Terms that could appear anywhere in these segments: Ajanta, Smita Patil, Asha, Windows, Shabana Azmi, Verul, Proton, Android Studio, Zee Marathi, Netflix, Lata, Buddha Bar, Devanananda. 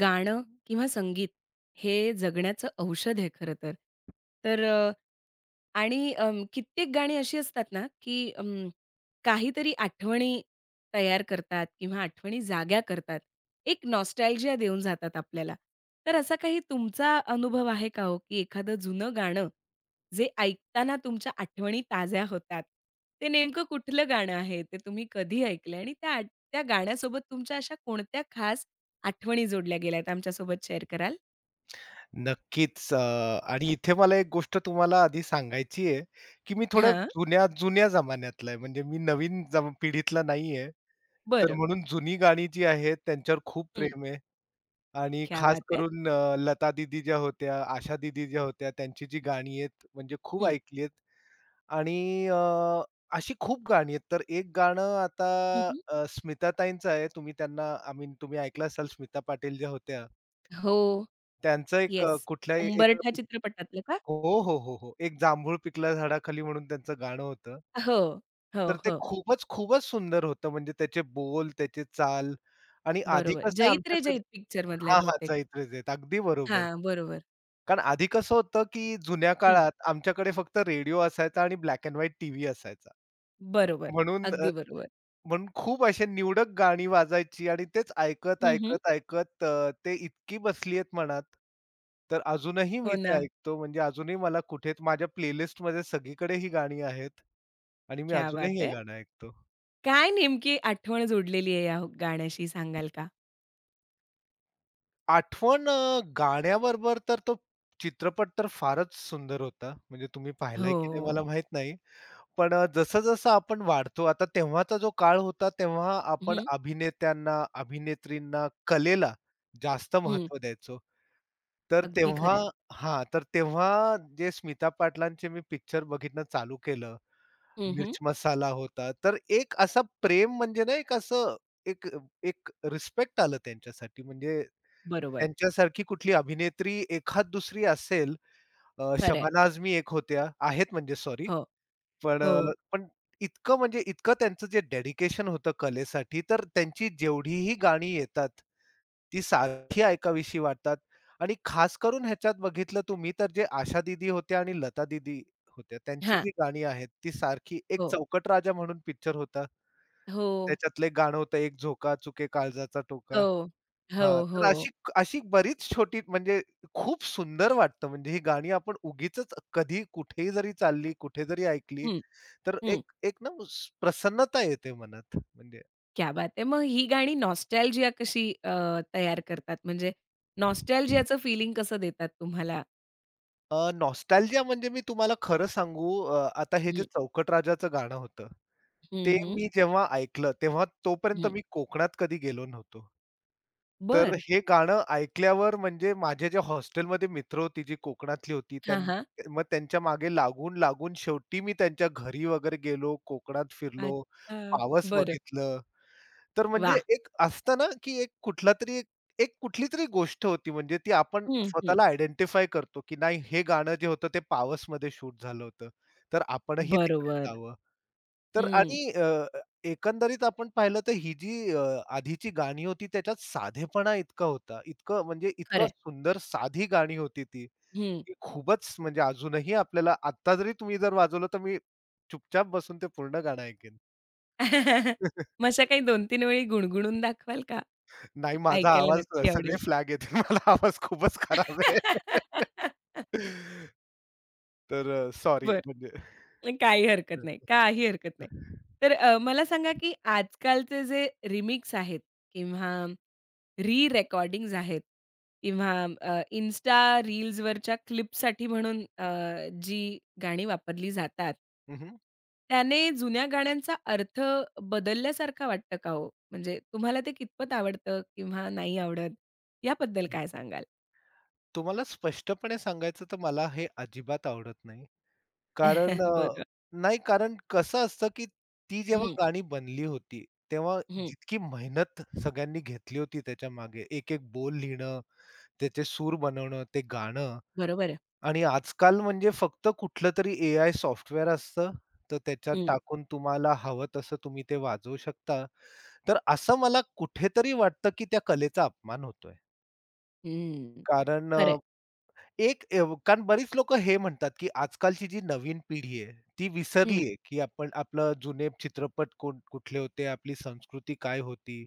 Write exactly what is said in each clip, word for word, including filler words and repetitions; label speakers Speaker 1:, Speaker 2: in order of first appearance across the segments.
Speaker 1: गाणं किंवा संगीत हे जगण्याचं औषध आहे खरं तर. तर अ, आणि अं, कित्येक गाणी अशी असतात ना, की अं, काहीतरी आठवणी तयार करतात किंवा आठवणी जाग्या करतात. एक नॉस्टॅल्जिया देऊन जातात आपल्याला. तर असा काही तुमचा अनुभव आहे का हो, की एखादं जुनं गाणं जे ऐकताना तुमच्या आठवणी ताज्या होतात. ते नेमकं कुठलं गाणं आहे? ते तुम्ही कधी ऐकलंय आणि त्या आठ त्या गाण्यासोबत तुमच्या अशा कोणत्या खास आठवणी जोडल्या गेल्यात आमच्यासोबत शेअर कराल?
Speaker 2: नक्कीच. अ, आणि इथे मला एक गोष्ट तुम्हाला आधी सांगायची आहे, की मी थोड्या
Speaker 1: हां,
Speaker 2: जुन्या-जुन्या जमान्यातला आहे. म्हणजे मी नवीन जम पिढीतला नाहीये. तर
Speaker 1: बरं.
Speaker 2: म्हणून जुनी गाणी जी आहेत त्यांच्यावर खूप
Speaker 1: हं.
Speaker 2: प्रेम आहे आणि
Speaker 1: क्या
Speaker 2: खास
Speaker 1: बात है!
Speaker 2: करून अ, लता दिदी ज्या होत्या, आशा दिदी ज्या होत्या, त्यांची जी गाणी आहेत म्हणजे खूप
Speaker 1: हं.
Speaker 2: ऐकली आहेत. आणि अ, अशी खूप गाणी आहेत. तर एक गाणं आता
Speaker 1: हं, हं.
Speaker 2: अ, स्मिताताईंचं आहे. तुम्ही त्यांना आय मीन तुम्ही ऐकलं असाल स्मिता पाटील ज्या होत्या.
Speaker 1: हो.
Speaker 2: त्यांचं एक अ,
Speaker 1: येस.
Speaker 2: कुठल्याही एक
Speaker 1: उंबरठा चित्रपटातलं का?
Speaker 2: हो, हो, हो, हो. एक जांभूळ पिकला झाडाखाली म्हणून त्यांचं गाणं होतं.
Speaker 1: हो, हो,
Speaker 2: तर ते
Speaker 1: हो.
Speaker 2: खूपच, खूपच सुंदर होतं. म्हणजे त्याचे बोल, त्याची चाल आणि आधी
Speaker 1: बरोबर.
Speaker 2: कसं आहे
Speaker 1: जईत रे
Speaker 2: आमच्याकडे
Speaker 1: जईत पिक्चरमधलं आहे
Speaker 2: हां, हां.
Speaker 1: बहुतेक.
Speaker 2: चैत्रच आहेत. अगदी बरोबर.
Speaker 1: हां, बरोबर.
Speaker 2: कारण आधी कसं होतं, की जुन्या
Speaker 1: हं,
Speaker 2: काळात आमच्याकडे फक्त रेडिओ असायचा आणि ब्लॅक एंड व्हाईट टीव्ही असायचा.
Speaker 1: बरोबर.
Speaker 2: म्हणून
Speaker 1: अगदी बरोबर.
Speaker 2: म्हणून खूप अशी निवडक गाणी वाजायची आणि तेच ऐकत,
Speaker 1: हं, हं.
Speaker 2: ऐकत, ऐकत अ, ते इतकी बसली आहेत मनात, तर अजूनही
Speaker 1: हो
Speaker 2: मी ते
Speaker 1: ना.
Speaker 2: ऐकतो. म्हणजे अजूनही मला कुठे माझ्या प्लेलिस्टमध्ये सगळीकडे ही गाणी आहेत आणि मी
Speaker 1: क्या
Speaker 2: अजूनही
Speaker 1: बात
Speaker 2: हे
Speaker 1: है!
Speaker 2: गाणं ऐकतो.
Speaker 1: काय नेमकी आठवण जोडलेली आहे या गाण्याशी सांगाल का?
Speaker 2: आठवण अ, गाण्याबरोबर तर तो चित्रपट तर फारच सुंदर होता. म्हणजे तुम्ही पाहिलाय
Speaker 1: हो.
Speaker 2: की नाही मला माहीत नाही. पण अ, जसं-जसं आपण वाढतो, आता तेव्हाचा जो काळ होता, तेव्हा आपण
Speaker 1: हं,
Speaker 2: अभिनेत्यांना, अभिनेत्रींना, कलेला जास्त
Speaker 1: हं.
Speaker 2: महत्त्व द्यायचो. तर
Speaker 1: अगदी
Speaker 2: तेव्हा
Speaker 1: खरं आहे.
Speaker 2: हां, तर तेव्हा जे स्मिता पाटलांचे मी पिक्चर बघितणं चालू केलं.
Speaker 1: हं, हं.
Speaker 2: मिर्च मसाला होता. तर एक असा प्रेम म्हणजे ना, एक असं एक एक रिस्पेक्ट आलं त्यांच्यासाठी. म्हणजे
Speaker 1: बरोबर.
Speaker 2: त्यांच्यासारखी कुठली अभिनेत्री एखाद दुसरी असेल, अ,
Speaker 1: खरं आहे.
Speaker 2: शबाना आझमी एक होत्या, आहेत म्हणजे सॉरी.
Speaker 1: हो,
Speaker 2: पण
Speaker 1: हो.
Speaker 2: अ, पण इतकं म्हणजे इतकं त्यांचं जे डेडिकेशन होतं कलेसाठी, तर त्यांची जेवढीही गाणी येतात, ती सारखी ऐकावीशी वाटतात आणि खास करून ह्याच्यात बघितलं तुम्ही तर जे आशा दिदी होत्या आणि लता दिदी होत्या, त्यांची
Speaker 1: हां.
Speaker 2: जी गाणी आहेत, ती सारखी एक
Speaker 1: हो,
Speaker 2: चौकट राजा म्हणून पिक्चर होता.
Speaker 1: हो.
Speaker 2: त्याच्यातलं एक गाणं होतं, "एक झोका चुके काळजाचा टोका."
Speaker 1: हो,
Speaker 2: हां,
Speaker 1: हो,
Speaker 2: तर
Speaker 1: हो.
Speaker 2: अशी अशी बरीच छोटी म्हणजे खूप सुंदर वाटतं म्हणजे ही गाणी आपण उगीचच कधी कुठेही जरी चालली, कुठे जरी ऐकली,
Speaker 1: हं,
Speaker 2: तर
Speaker 1: हं.
Speaker 2: एक एक ना स प्रसन्नता येते मनात. म्हणजे
Speaker 1: क्या बात है! मग ही गाणी नॉस्टॅल्जिया कशी अ, तयार करतात? म्हणजे नॉस्टॅल्जियाचं फीलिंग कसं देतात तुम्हाला?
Speaker 2: अ, नॉस्टॅल्जिया म्हणजे मी तुम्हाला खरं सांगू अ, आता हे जे
Speaker 1: हं,
Speaker 2: चौकट राजाचं गाणं होतं,
Speaker 1: हं,
Speaker 2: ते
Speaker 1: हं,
Speaker 2: मी जेव्हा ऐकलं तेव्हा तोपर्यंत
Speaker 1: हं.
Speaker 2: मी कोकणात कधी गेलो नव्हतो. तर
Speaker 1: बरं.
Speaker 2: हे गाणं ऐकल्यावर म्हणजे माझे जे हॉस्टेलमध्ये मित्र होती जी कोकणातली होती त्यां
Speaker 1: हां, हां.
Speaker 2: मग त्यांच्या मागे लागून, लागून शेवटी मी त्यांच्या घरी वगैरे गेलो, कोकणात फिरलो,
Speaker 1: अच्छा.
Speaker 2: पावस
Speaker 1: बरं.
Speaker 2: बघितलं. तर म्हणजे
Speaker 1: वाह!
Speaker 2: एक असतं ना, की एक कुठलातरी एक एक कुठलीतरी गोष्ट होती म्हणजे ती आपण
Speaker 1: हं, हं.
Speaker 2: स्वतःला आयडेंटिफाय करतो, की नाही हे गाणं जे होतं ते पावस पावसमध्ये शूट झालं होतं. तर आपणही तिकडे
Speaker 1: बरोबर.
Speaker 2: जावं. तर
Speaker 1: हं.
Speaker 2: आणि अ, अ, एकंदरीत आपण पाहिलं तर ही जी अ, आधीची गाणी होती त्याच्यात साधेपणा इतका होता. इतकं म्हणजे इतकं
Speaker 1: खरंय.
Speaker 2: सुंदर साधी गाणी होती ती.
Speaker 1: हं.
Speaker 2: ती खूपच म्हणजे अजूनही आपल्याला आत्ता जरी तुम्ही जर वाजवलं तर मी चुपचाप बसून ते पूर्ण गाणं ऐकेन.
Speaker 1: मग अशा काही दोन तीन वेळी गुणगुणून दाखवाल का?
Speaker 2: नाही माझा
Speaker 1: ऐकायला
Speaker 2: आवाज
Speaker 1: नक्की
Speaker 2: सगळे
Speaker 1: आवडेल.
Speaker 2: फ्लॅग येतील. मला आवाज खूपच खराब आहे. तर सॉरी
Speaker 1: बर.
Speaker 2: म्हणजे
Speaker 1: काही
Speaker 2: हं,
Speaker 1: हरकत नाही.
Speaker 2: हं.
Speaker 1: काही हरकत नाही. तर अ, मला सांगा, की आजकालचे जे रिमिक्स आहेत किंवा री-रेकॉर्डिंग्ज आहेत किंवा अ, Insta रील्सवरच्या क्लिपसाठी म्हणून अ, जी गाणी वापरली जातात,
Speaker 2: हं, हं.
Speaker 1: त्याने जुन्या गाण्यांचा अर्थ बदलल्यासारखा वाटतं का हो? म्हणजे तुम्हाला ते कितपत आवडतं किंवा नाही आवडत, याबद्दल काय सांगाल?
Speaker 2: तुम्हाला स्पष्टपणे सांगायचं तर मला हे अजिबात आवडत नाही. कारण अ,
Speaker 1: बरं.
Speaker 2: नाही कारण कसं असतं, की ती जेव्हा
Speaker 1: हं,
Speaker 2: गाणी बनली होती, तेव्हा
Speaker 1: हं.
Speaker 2: जितकी मेहनत सगळ्यांनी घेतली होती त्याच्या मागे, एक-एक बोल लिहिणं, त्याचे सूर बनवणं, ते गाणं
Speaker 1: बरोबर आहे.
Speaker 2: आणि आजकाल म्हणजे फक्त कुठलंतरी एआय सॉफ्टवेअर असतं, तर त्याच्यात
Speaker 1: हं,
Speaker 2: टाकून तुम्हाला हवं तसं तुम्ही ते वाजवू शकता. तर असं मला कुठेतरी वाटतं, की त्या कलेचा अपमान होतोय.
Speaker 1: हं.
Speaker 2: कारण
Speaker 1: खरं
Speaker 2: एक एव कारण बरीच लोकं हे म्हणतात, की आजकालची जी नवीन पिढी आहे, ती विसरली आहे, की आपण आपलं जुने चित्रपट कोण कुठले होते, आपली संस्कृती काय होती.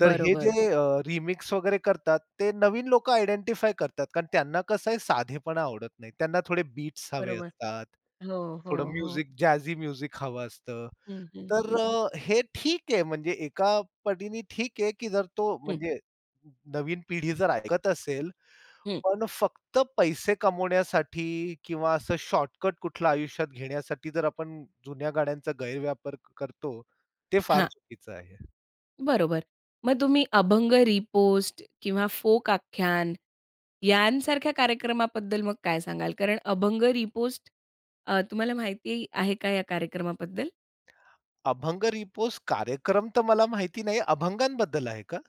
Speaker 2: तर हे
Speaker 1: बरोबर.
Speaker 2: जे अ, रिमिक्स वगैरे करतात, ते नवीन लोकं आयडेंटिफाय करतात. कारण त्यांना कसं आहे साधेपणा आवडत नाही. त्यांना थोडे बीट्स हवे
Speaker 1: बरोबर.
Speaker 2: असतात,
Speaker 1: हो, हो,
Speaker 2: थोडं
Speaker 1: हो.
Speaker 2: म्युझिक, जॅझी म्युझिक हवं असतं.
Speaker 1: हं, हं,
Speaker 2: तर
Speaker 1: हं,
Speaker 2: अ, हे ठीक आहे म्हणजे एका पटीने ठीक आहे, की जर तो
Speaker 1: हं,
Speaker 2: म्हणजे नवीन पिढी जर ऐकत असेल,
Speaker 1: हं.
Speaker 2: पण फक्त पैसे कमवण्यासाठी किंवा असं शॉर्टकट कुठला आयुष्यात घेण्यासाठी जर आपण जुन्या गाण्यांचा गैरव्यापार क- करतो, ते फार
Speaker 1: हां,
Speaker 2: चुकीचं आहे.
Speaker 1: बरोबर. मग तुम्ही अभंग रिपोस्ट किंवा फोक आख्यान यांसारख्या कार्यक्रमाबद्दल मग काय सांगाल? कारण अभंग रिपोस्ट अ, तुम्हाला माहिती आहे का या कार्यक्रमाबद्दल?
Speaker 2: अभंग रिपोज कार्यक्रम तर मला माहिती नाही. अभंगांबद्दल आहे का?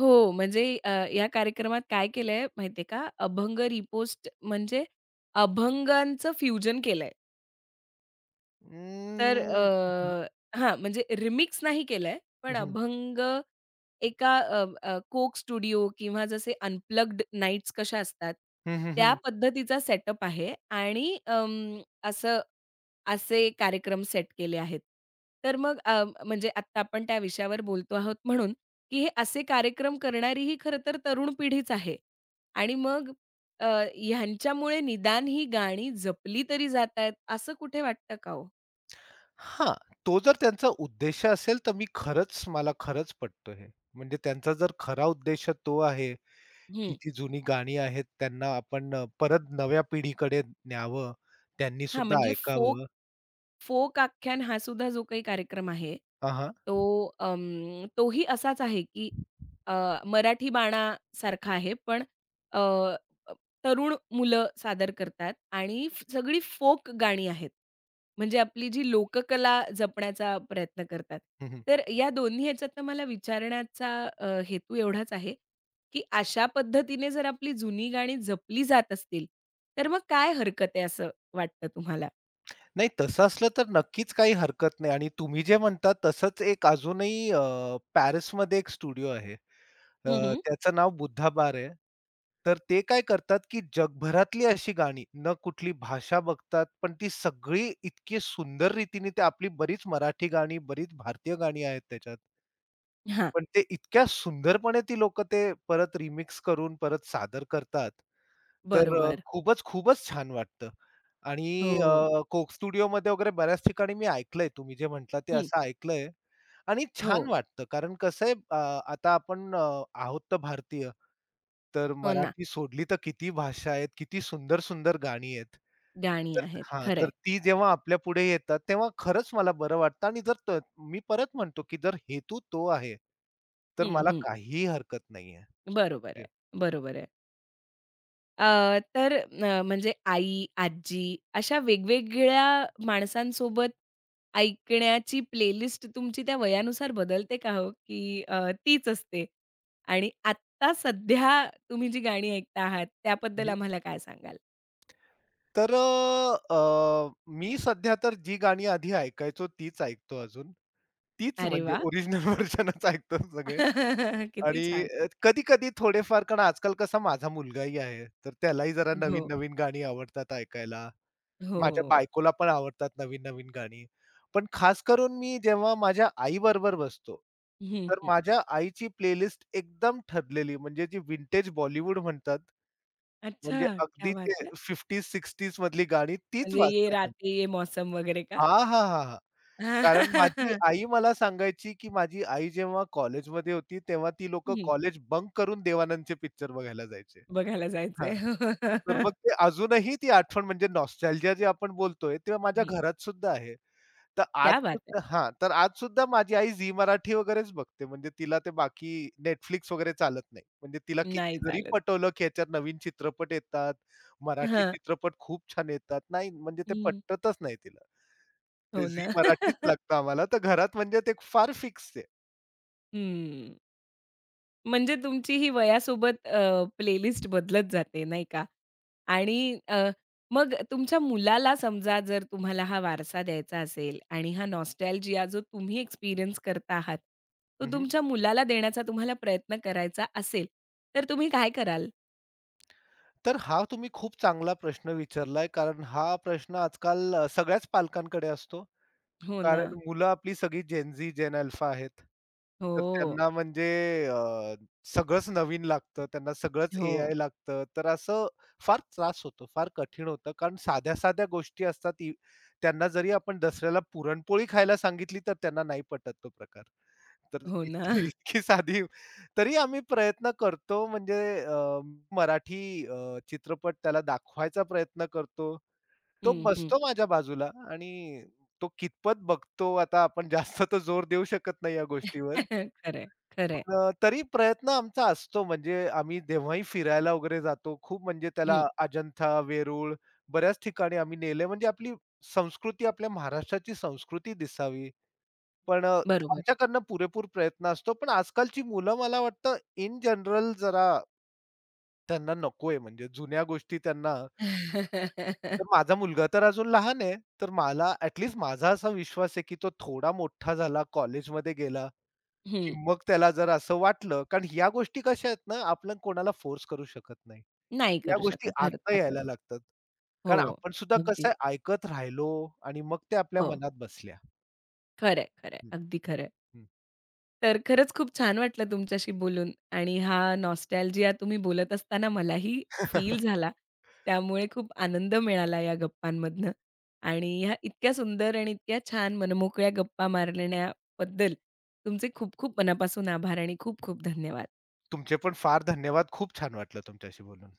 Speaker 1: हो, म्हणजे अ, या कार्यक्रमात काय केलंय माहिती आहे का? अभंग रिपोस्ट म्हणजे अभंगांचं फ्युजन केलंय. तर
Speaker 2: अं,
Speaker 1: अ, हां, म्हणजे रिमिक्स नाही केलंय, पण
Speaker 2: हं,
Speaker 1: अभंग एका अ, अ, कोक स्टुडिओ किंवा जसे अनप्लग्ड नाईट्स कशा असतात,
Speaker 2: हं, हं, हं,
Speaker 1: त्या
Speaker 2: हं.
Speaker 1: पद्धतीचा सेटअप आहे आणि अं, असं असे कार्यक्रम सेट केले आहेत. तर मग अ, म्हणजे आत्ता आपण त्या विषयावर बोलतो आहोत म्हणून, की हे असे कार्यक्रम करणारी ही खरं तर तरुण पिढीच आहे आणि मग अ, ह्यांच्यामुळे निदान ही गाणी जपली तरी जातायत असं कुठे वाटतं का हो?
Speaker 2: तो जर त्यांचा उद्देश असेल तर मी खरंच मला खरंच पटतो हे. म्हणजे त्यांचा जर खरा उद्देश तो आहे, की ती जुनी गाणी आहेत त्यांना आपण अ, परत नव्या पिढीकडे न्यावं,
Speaker 1: हां,
Speaker 2: त्यांनीसुद्धा
Speaker 1: म्हणजे फोक
Speaker 2: ऐकावं.
Speaker 1: फोक आख्यान हा सुद्धा जो काही कार्यक्रम आहे,
Speaker 2: हां, हां.
Speaker 1: तो अं, तोही असाच आहे, की अ, मराठी बाणासारखा आहे, पण अ, अ, तरुण मुलं सादर करतात आणि फ सगळी फोक गाणी आहेत. म्हणजे आपली जी लोककला जपण्याचा प्रयत्न करतात. तर या दोन्ही ह्याच्यातनं मला विचारण्याचा अ, हेतू एवढाच आहे, की अशा पद्धतीने जर आपली जुनी गाणी जपली जात असतील, तर मग काय हरकत आहे असं वाटतं तुम्हाला?
Speaker 2: नाही तसं असलं तर नक्कीच काही हरकत नाही आणि तुम्ही जे म्हणता तसंच एक अजूनही अ, पॅरिसमध्ये एक स्टुडिओ आहे. अ,
Speaker 1: हं, हं.
Speaker 2: त्याचं नाव बुद्धा बार आहे. तर ते काय करतात, की जगभरातली अशी गाणी न कुठली भाषा बघतात, पण ती सगळी इतकी सुंदर रीतीने ते आपली बरीच मराठी गाणी, बरीच भारतीय गाणी आहेत त्याच्यात.
Speaker 1: हां,
Speaker 2: पण ते इतक्या सुंदरपणे ती लोकं ते परत रिमिक्स करून परत सादर करतात. तर अ,
Speaker 1: बरोबर.
Speaker 2: खूपच, खूपच छान वाटतं. आणि
Speaker 1: हो,
Speaker 2: अ, कोक स्टुडिओमध्ये वगैरे बऱ्याच ठिकाणी मी ऐकलंय तुम्ही जे म्हटलं ते
Speaker 1: हं.
Speaker 2: असं ऐकलंय आणि
Speaker 1: हो,
Speaker 2: छान वाटतं कारण कसं आहे अ, आता आपण अ, आहोत तर भारतीय. तर
Speaker 1: हो ना,
Speaker 2: मराठी सोडली तर किती भाषा आहेत, किती सुंदर, सुंदर गाणी आहेत.
Speaker 1: गाणी
Speaker 2: तर
Speaker 1: आहेत.
Speaker 2: हां,
Speaker 1: खरंय.
Speaker 2: तर ती जेव्हा आपल्यापुढे येतात तेव्हा खरंच मला बरं वाटतं आणि जर त मी परत म्हणतो, की जर हेतू तो आहे, तर
Speaker 1: हं,
Speaker 2: मला
Speaker 1: हं.
Speaker 2: काहीही हरकत
Speaker 1: बरोबर
Speaker 2: नाहीये.
Speaker 1: आहे, बरोबर आहे. अ, तर अ, म्हणजे आई, आजी अशा वेगवेगळ्या माणसांसोबत ऐकण्याची प्लेलिस्ट तुमची त्या वयानुसार बदलते का हो? की अ, तीच असते? आणि आत्ता सध्या तुम्ही जी गाणी ऐकता आहात त्याबद्दल आम्हाला काय सांगाल?
Speaker 2: तर अ, अ, मी सध्या तर जी गाणी आधी ऐकायचो तीच ऐकतो अजून. तीच
Speaker 1: अरे
Speaker 2: म्हणजे
Speaker 1: वाह!
Speaker 2: ओरिजिनल व्हर्जनच ऐकतो सगळे
Speaker 1: किती
Speaker 2: आणि
Speaker 1: छान.
Speaker 2: अ, कधी-कधी थोडेफार कारण आजकाल कसा माझा मुलगाही आहे, तर त्यालाही जरा
Speaker 1: हो,
Speaker 2: नवीन-नवीन गाणी आवडतात ऐकायला.
Speaker 1: हो.
Speaker 2: माझ्या बायकोला पण आवडतात नवीन-नवीन गाणी. पण खास करून मी जेव्हा माझ्या आईबरोबर बसतो,
Speaker 1: हं,
Speaker 2: तर
Speaker 1: हं.
Speaker 2: माझ्या आईची प्लेलिस्ट एकदम ठरलेली म्हणजे जी विंटेज बॉलिवूड म्हणतात.
Speaker 1: अच्छा!
Speaker 2: म्हणजे अगदी
Speaker 1: क्या
Speaker 2: ते
Speaker 1: बात है!
Speaker 2: पन्नास-साठच्या मधली गाणी तीच
Speaker 1: म्हणजे ये
Speaker 2: वाजतात.
Speaker 1: राते ये मौसम वगैरे का?
Speaker 2: हां, हां, हां, हां. कारण माझी आई मला सांगायची, की माझी आई जेव्हा कॉलेजमध्ये होती, तेव्हा ती लोकं
Speaker 1: हं.
Speaker 2: कॉलेज बंक करून देवानंदचे पिक्चर बघायला जायचे.
Speaker 1: बघायला
Speaker 2: हां.
Speaker 1: जायचंय.
Speaker 2: तर मग ते अजूनही ती आठवण म्हणजे नॉस्टॅल्जिया जे आपण बोलतोय, ते माझ्या
Speaker 1: हं.
Speaker 2: घरात सुद्धा आहे. तर आज
Speaker 1: क्या बात है!
Speaker 2: सुद्धा हां, तर आज सुद्धा माझी आई झी मराठी वगैरेच बघते. म्हणजे तिला ते बाकी नेटफ्लिक्स वगैरे चालत नाही. म्हणजे तिला किती
Speaker 1: नाही
Speaker 2: जरी
Speaker 1: चालत.
Speaker 2: पटवलं, की ह्याच्यात नवीन चित्रपट येतात, मराठी
Speaker 1: हां.
Speaker 2: चित्रपट खूप छान येतात. नाही म्हणजे ते
Speaker 1: हं.
Speaker 2: पटतच नाही तिला. ते
Speaker 1: हो
Speaker 2: झी
Speaker 1: ना.
Speaker 2: मराठीच लागतं आम्हाला. तर घरात म्हणजे ते फार फिक्स आहे.
Speaker 1: हं. म्हणजे तुमची ही वयासोबत अ, प्लेलिस्ट बदलत जाते नाही का? आणि अ, मग तुमच्या मुलाला समजा जर तुम्हाला हा वारसा द्यायचा असेल आणि हा नॉस्टॅल्जिया जो तुम्ही एक्सपिरियन्स करता आहात, तो
Speaker 2: हं,
Speaker 1: तुमच्या मुलाला देण्याचा तुम्हाला प्रयत्न करायचा असेल, तर तुम्ही काय कराल?
Speaker 2: तर हा तुम्ही खूप चांगला प्रश्न विचारलाय, कारण हा प्रश्न आजकाल अ, सगळ्याच पालकांकडे असतो.
Speaker 1: हो ना.
Speaker 2: कारण मुलं आपली सगळी जेन-झी, जेन अल्फा आहेत. तर
Speaker 1: हो,
Speaker 2: त्यांना म्हणजे अ, सगळंच नवीन लागतं, त्यांना सगळंच
Speaker 1: हो,
Speaker 2: एआय लागतं. तर असं फार त्रास होतो, फार कठीण होतं. कारण साध्या-साध्या गोष्टी असतात ती त्यांना जरी आपण दसऱ्याला पुरणपोळी खायला सांगितली, तर त्यांना नाही पटत तो प्रकार. तर
Speaker 1: हो
Speaker 2: इतकी
Speaker 1: ना.
Speaker 2: इतकी साधी तरी आम्ही प्रयत्न करतो म्हणजे अ, मराठी अ, चित्रपट त्याला दाखवायचा प्रयत्न करतो. तो
Speaker 1: हं, हं.
Speaker 2: बसतो माझ्या बाजूला आणि तो कितपत बघतो आता आपण जास्त तर जोर देऊ शकत नाही या गोष्टीवर.
Speaker 1: खरंय, खरंय.
Speaker 2: पण अ, तरी प्रयत्न आमचा असतो म्हणजे आम्ही जेव्हाही फिरायला वगैरे जातो खूप म्हणजे
Speaker 1: हं,
Speaker 2: त्याला अजंठा, वेरूळ बऱ्याच ठिकाणी आम्ही नेले म्हणजे आपली संस्कृती, आपल्या महाराष्ट्राची संस्कृती दिसावी. पण अ,
Speaker 1: बरोबर.
Speaker 2: आमच्याकडनं पुरेपूर प्रयत्न असतो. पण आजकालची मुलं मला वाटतं इन जनरल जरा त्यांना नकोय म्हणजे जुन्या गोष्टी त्यांना तर माझा मुलगा तर अजून लहान आहे. तर मला ॲट लीस्ट माझा असा विश्वास आहे, की तो थोडा मोठा झाला, कॉलेजमध्ये गेला, की
Speaker 1: हं.
Speaker 2: मग त्याला जर असं वाटलं कारण ह्या गोष्टी कशा आहेत ना, आपण कोणाला फोर्स करू शकत नाही.
Speaker 1: नाही
Speaker 2: या
Speaker 1: करू
Speaker 2: गोष्टी
Speaker 1: शकत
Speaker 2: आत्ता
Speaker 1: अर्थातच.
Speaker 2: यायला लागतात.
Speaker 1: हो,
Speaker 2: कारण आपण सुद्धा कसं
Speaker 1: अगदीच.
Speaker 2: आहे ऐकत राहिलो आणि मग ते आपल्या
Speaker 1: हो.
Speaker 2: मनात बसल्या.
Speaker 1: खरंय, खरंय.
Speaker 2: हं,
Speaker 1: अगदी खरंय.
Speaker 2: हं.
Speaker 1: तर खरंच खूप छान वाटलं तुमच्याशी बोलून आणि हा नॉस्टॅल्जिया तुम्ही बोलत असताना मलाही फील झाला. त्यामुळे खूप आनंद मिळाला या गप्पांमधनं आणि ह्या इतक्या सुंदर आणि इतक्या छान मनमोकळ्या गप्पा मारण्याबद्दल तुमचे खूप खूप मनापासून आभार आणि खूप खूप धन्यवाद.
Speaker 2: तुमचे पण फार धन्यवाद. खूप छान वाटलं तुमच्याशी बोलून.